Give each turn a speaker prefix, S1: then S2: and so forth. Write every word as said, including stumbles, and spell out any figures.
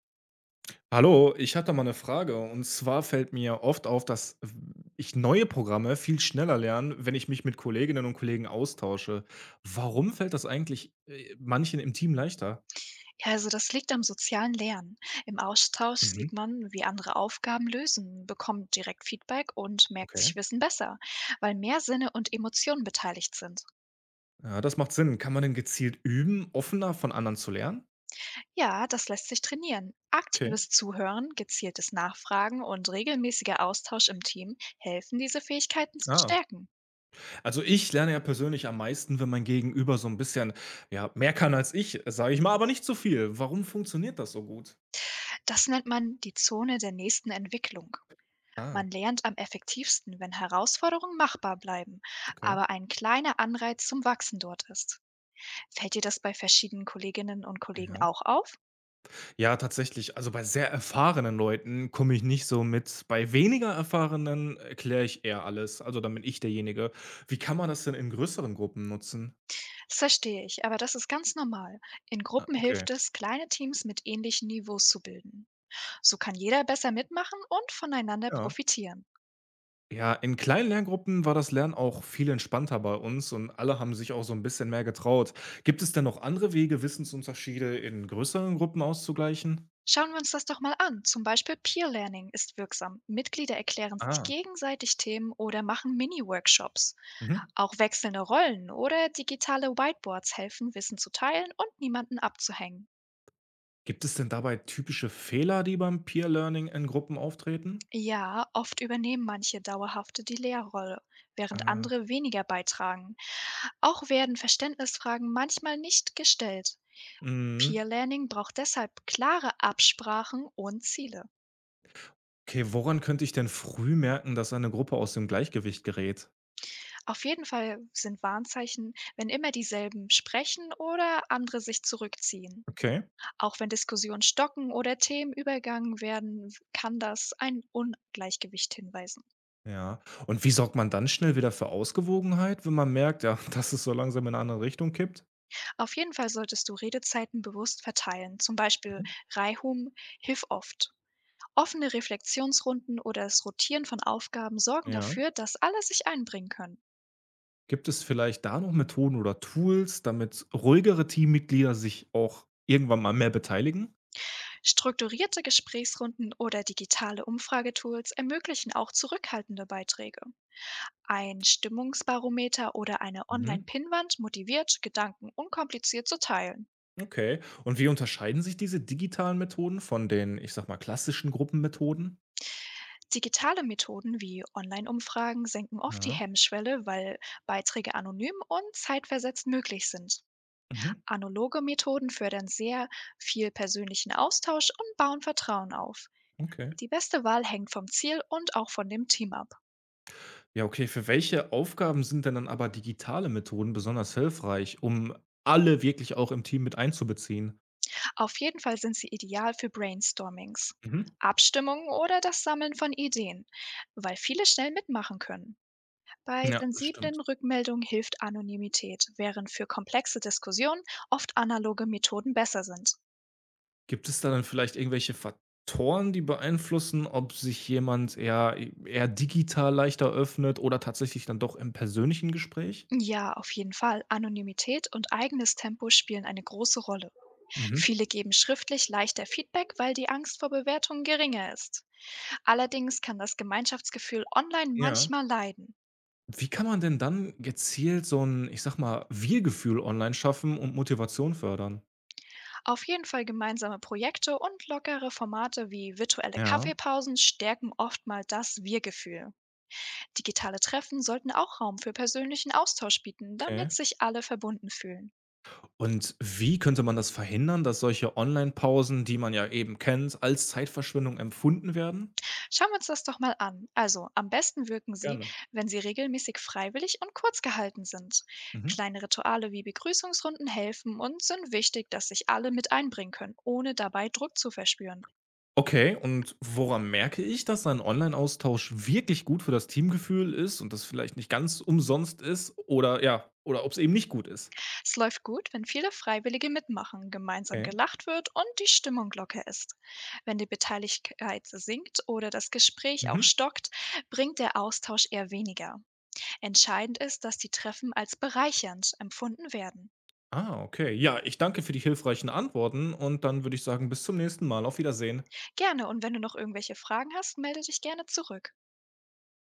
S1: Hallo, ich hatte mal eine Frage. Und zwar fällt mir oft auf, dass ich neue Programme viel schneller lerne, wenn ich mich mit Kolleginnen und Kollegen austausche. Warum fällt das eigentlich äh, manchen im Team leichter?
S2: Ja, also das liegt am sozialen Lernen. Im Austausch
S1: Mhm,
S2: sieht man, wie andere Aufgaben lösen, bekommt direkt Feedback und merkt
S1: okay.
S2: sich Wissen besser, weil mehr Sinne und Emotionen beteiligt sind.
S1: Ja, das macht Sinn. Kann man denn gezielt üben, offener von anderen zu lernen?
S2: Ja, das lässt sich trainieren.
S1: Okay.
S2: Aktives Zuhören, gezieltes Nachfragen und regelmäßiger Austausch im Team helfen, diese Fähigkeiten zu
S1: Ah.
S2: stärken.
S1: Also ich lerne ja persönlich am meisten, wenn mein Gegenüber so ein bisschen ja, mehr kann als ich, sage ich mal, aber nicht so viel. Warum funktioniert das so gut?
S2: Das nennt man die Zone der nächsten Entwicklung.
S1: Ah,
S2: Man lernt am effektivsten, wenn Herausforderungen machbar bleiben,
S1: okay.
S2: aber ein kleiner Anreiz zum Wachsen dort ist. Fällt dir das bei verschiedenen Kolleginnen und Kollegen
S1: Ja.
S2: auch auf?
S1: Ja, tatsächlich. Also, bei sehr erfahrenen Leuten komme ich nicht so mit. Bei weniger Erfahrenen erkläre ich eher alles. Also, dann bin ich derjenige. Wie kann man das denn in größeren Gruppen nutzen?
S2: Das verstehe ich, aber das ist ganz normal. In
S1: Ah,
S2: Gruppen
S1: okay,
S2: hilft es, kleine Teams mit ähnlichen Niveaus zu bilden. So kann jeder besser mitmachen und voneinander
S1: ja.
S2: profitieren.
S1: Ja, in kleinen Lerngruppen war das Lernen auch viel entspannter bei uns und alle haben sich auch so ein bisschen mehr getraut. Gibt es denn noch andere Wege, Wissensunterschiede in größeren Gruppen auszugleichen?
S2: Schauen wir uns das doch mal an. Zum Beispiel Peer Learning ist wirksam. Mitglieder erklären sich
S1: Ah,
S2: gegenseitig Themen oder machen Mini-Workshops.
S1: mhm.
S2: Auch wechselnde Rollen oder digitale Whiteboards helfen, Wissen zu teilen und niemanden abzuhängen.
S1: Gibt es denn dabei typische Fehler, die beim Peer Learning in Gruppen auftreten?
S2: Ja, oft übernehmen manche dauerhafte die Lehrrolle, während
S1: Ah,
S2: andere weniger beitragen. Auch werden Verständnisfragen manchmal nicht gestellt.
S1: mhm.
S2: Peer Learning braucht deshalb klare Absprachen und Ziele.
S1: Okay, woran könnte ich denn früh merken, dass eine Gruppe aus dem Gleichgewicht gerät?
S2: Auf jeden Fall sind Warnzeichen, wenn immer dieselben sprechen oder andere sich zurückziehen.
S1: Okay,
S2: Auch wenn Diskussionen stocken oder Themen übergangen werden, kann das ein Ungleichgewicht hinweisen.
S1: ja. Und wie sorgt man dann schnell wieder für Ausgewogenheit, wenn man merkt, ja, dass es so langsam in eine andere Richtung kippt?
S2: Auf jeden Fall solltest du Redezeiten bewusst verteilen, zum Beispiel
S1: Mhm.
S2: Reihum hilft oft. Offene Reflexionsrunden oder das Rotieren von Aufgaben sorgen
S1: Ja.
S2: dafür, dass alle sich einbringen können.
S1: Gibt es vielleicht da noch Methoden oder Tools, damit ruhigere Teammitglieder sich auch irgendwann mal mehr beteiligen?
S2: Strukturierte Gesprächsrunden oder digitale Umfragetools ermöglichen auch zurückhaltende Beiträge. Ein Stimmungsbarometer oder eine
S1: Mhm.
S2: Online-Pinnwand motiviert, Gedanken unkompliziert zu teilen.
S1: Okay. Und wie unterscheiden sich diese digitalen Methoden von den, ich sag mal, klassischen Gruppenmethoden?
S2: Digitale Methoden wie Online-Umfragen senken oft die
S1: Ja.
S2: Hemmschwelle, weil Beiträge anonym und zeitversetzt möglich sind.
S1: Mhm.
S2: Analoge Methoden fördern sehr viel persönlichen Austausch und bauen Vertrauen auf.
S1: Okay.
S2: Die beste Wahl hängt vom Ziel und auch von dem Team ab.
S1: Ja, okay. Für welche Aufgaben sind denn dann aber digitale Methoden besonders hilfreich, um alle wirklich auch im Team mit einzubeziehen?
S2: Auf jeden Fall sind sie ideal für Brainstormings,
S1: Mhm.
S2: Abstimmungen oder das Sammeln von Ideen, weil viele schnell mitmachen können. Bei
S1: Ja, das
S2: sensiblen
S1: stimmt.
S2: Rückmeldungen hilft Anonymität, während für komplexe Diskussionen oft analoge Methoden besser sind.
S1: Gibt es da dann vielleicht irgendwelche Faktoren, die beeinflussen, ob sich jemand eher, eher digital leichter öffnet oder tatsächlich dann doch im persönlichen Gespräch?
S2: Ja, auf jeden Fall. Anonymität und eigenes Tempo spielen eine große Rolle.
S1: Mhm.
S2: Viele geben schriftlich leichter Feedback, weil die Angst vor Bewertungen geringer ist. Allerdings kann das Gemeinschaftsgefühl online
S1: Ja.
S2: manchmal leiden.
S1: Wie kann man denn dann gezielt so ein, ich sage mal, Wir-Gefühl online schaffen und Motivation fördern?
S2: Auf jeden Fall gemeinsame Projekte und lockere Formate wie virtuelle
S1: Ja,
S2: Kaffeepausen stärken oftmals das Wir-Gefühl. Digitale Treffen sollten auch Raum für persönlichen Austausch bieten,
S1: okay.
S2: damit sich alle verbunden fühlen.
S1: Und wie könnte man das verhindern, dass solche Online-Pausen, die man ja eben kennt, als Zeitverschwendung empfunden werden?
S2: Schauen wir uns das doch mal an. Also, am besten wirken sie,
S1: Gerne.
S2: wenn sie regelmäßig freiwillig und kurz gehalten sind.
S1: Mhm.
S2: Kleine Rituale wie Begrüßungsrunden helfen und sind wichtig, dass sich alle mit einbringen können, ohne dabei Druck zu verspüren.
S1: Okay, und woran merke ich, dass ein Online-Austausch wirklich gut für das Teamgefühl ist und das vielleicht nicht ganz umsonst ist oder ja, oder ob es eben nicht gut ist?
S2: Es läuft gut, wenn viele Freiwillige mitmachen, gemeinsam
S1: Okay.
S2: gelacht wird und die Stimmung locker ist. Wenn die Beteiligkeit sinkt oder das Gespräch auch
S1: Mhm.
S2: stockt, bringt der Austausch eher weniger. Entscheidend ist, dass die Treffen als bereichernd empfunden werden.
S1: Ah, okay. Ja, ich danke für die hilfreichen Antworten und dann würde ich sagen, bis zum nächsten Mal. Auf Wiedersehen.
S2: Gerne, und wenn du noch irgendwelche Fragen hast, melde dich gerne zurück.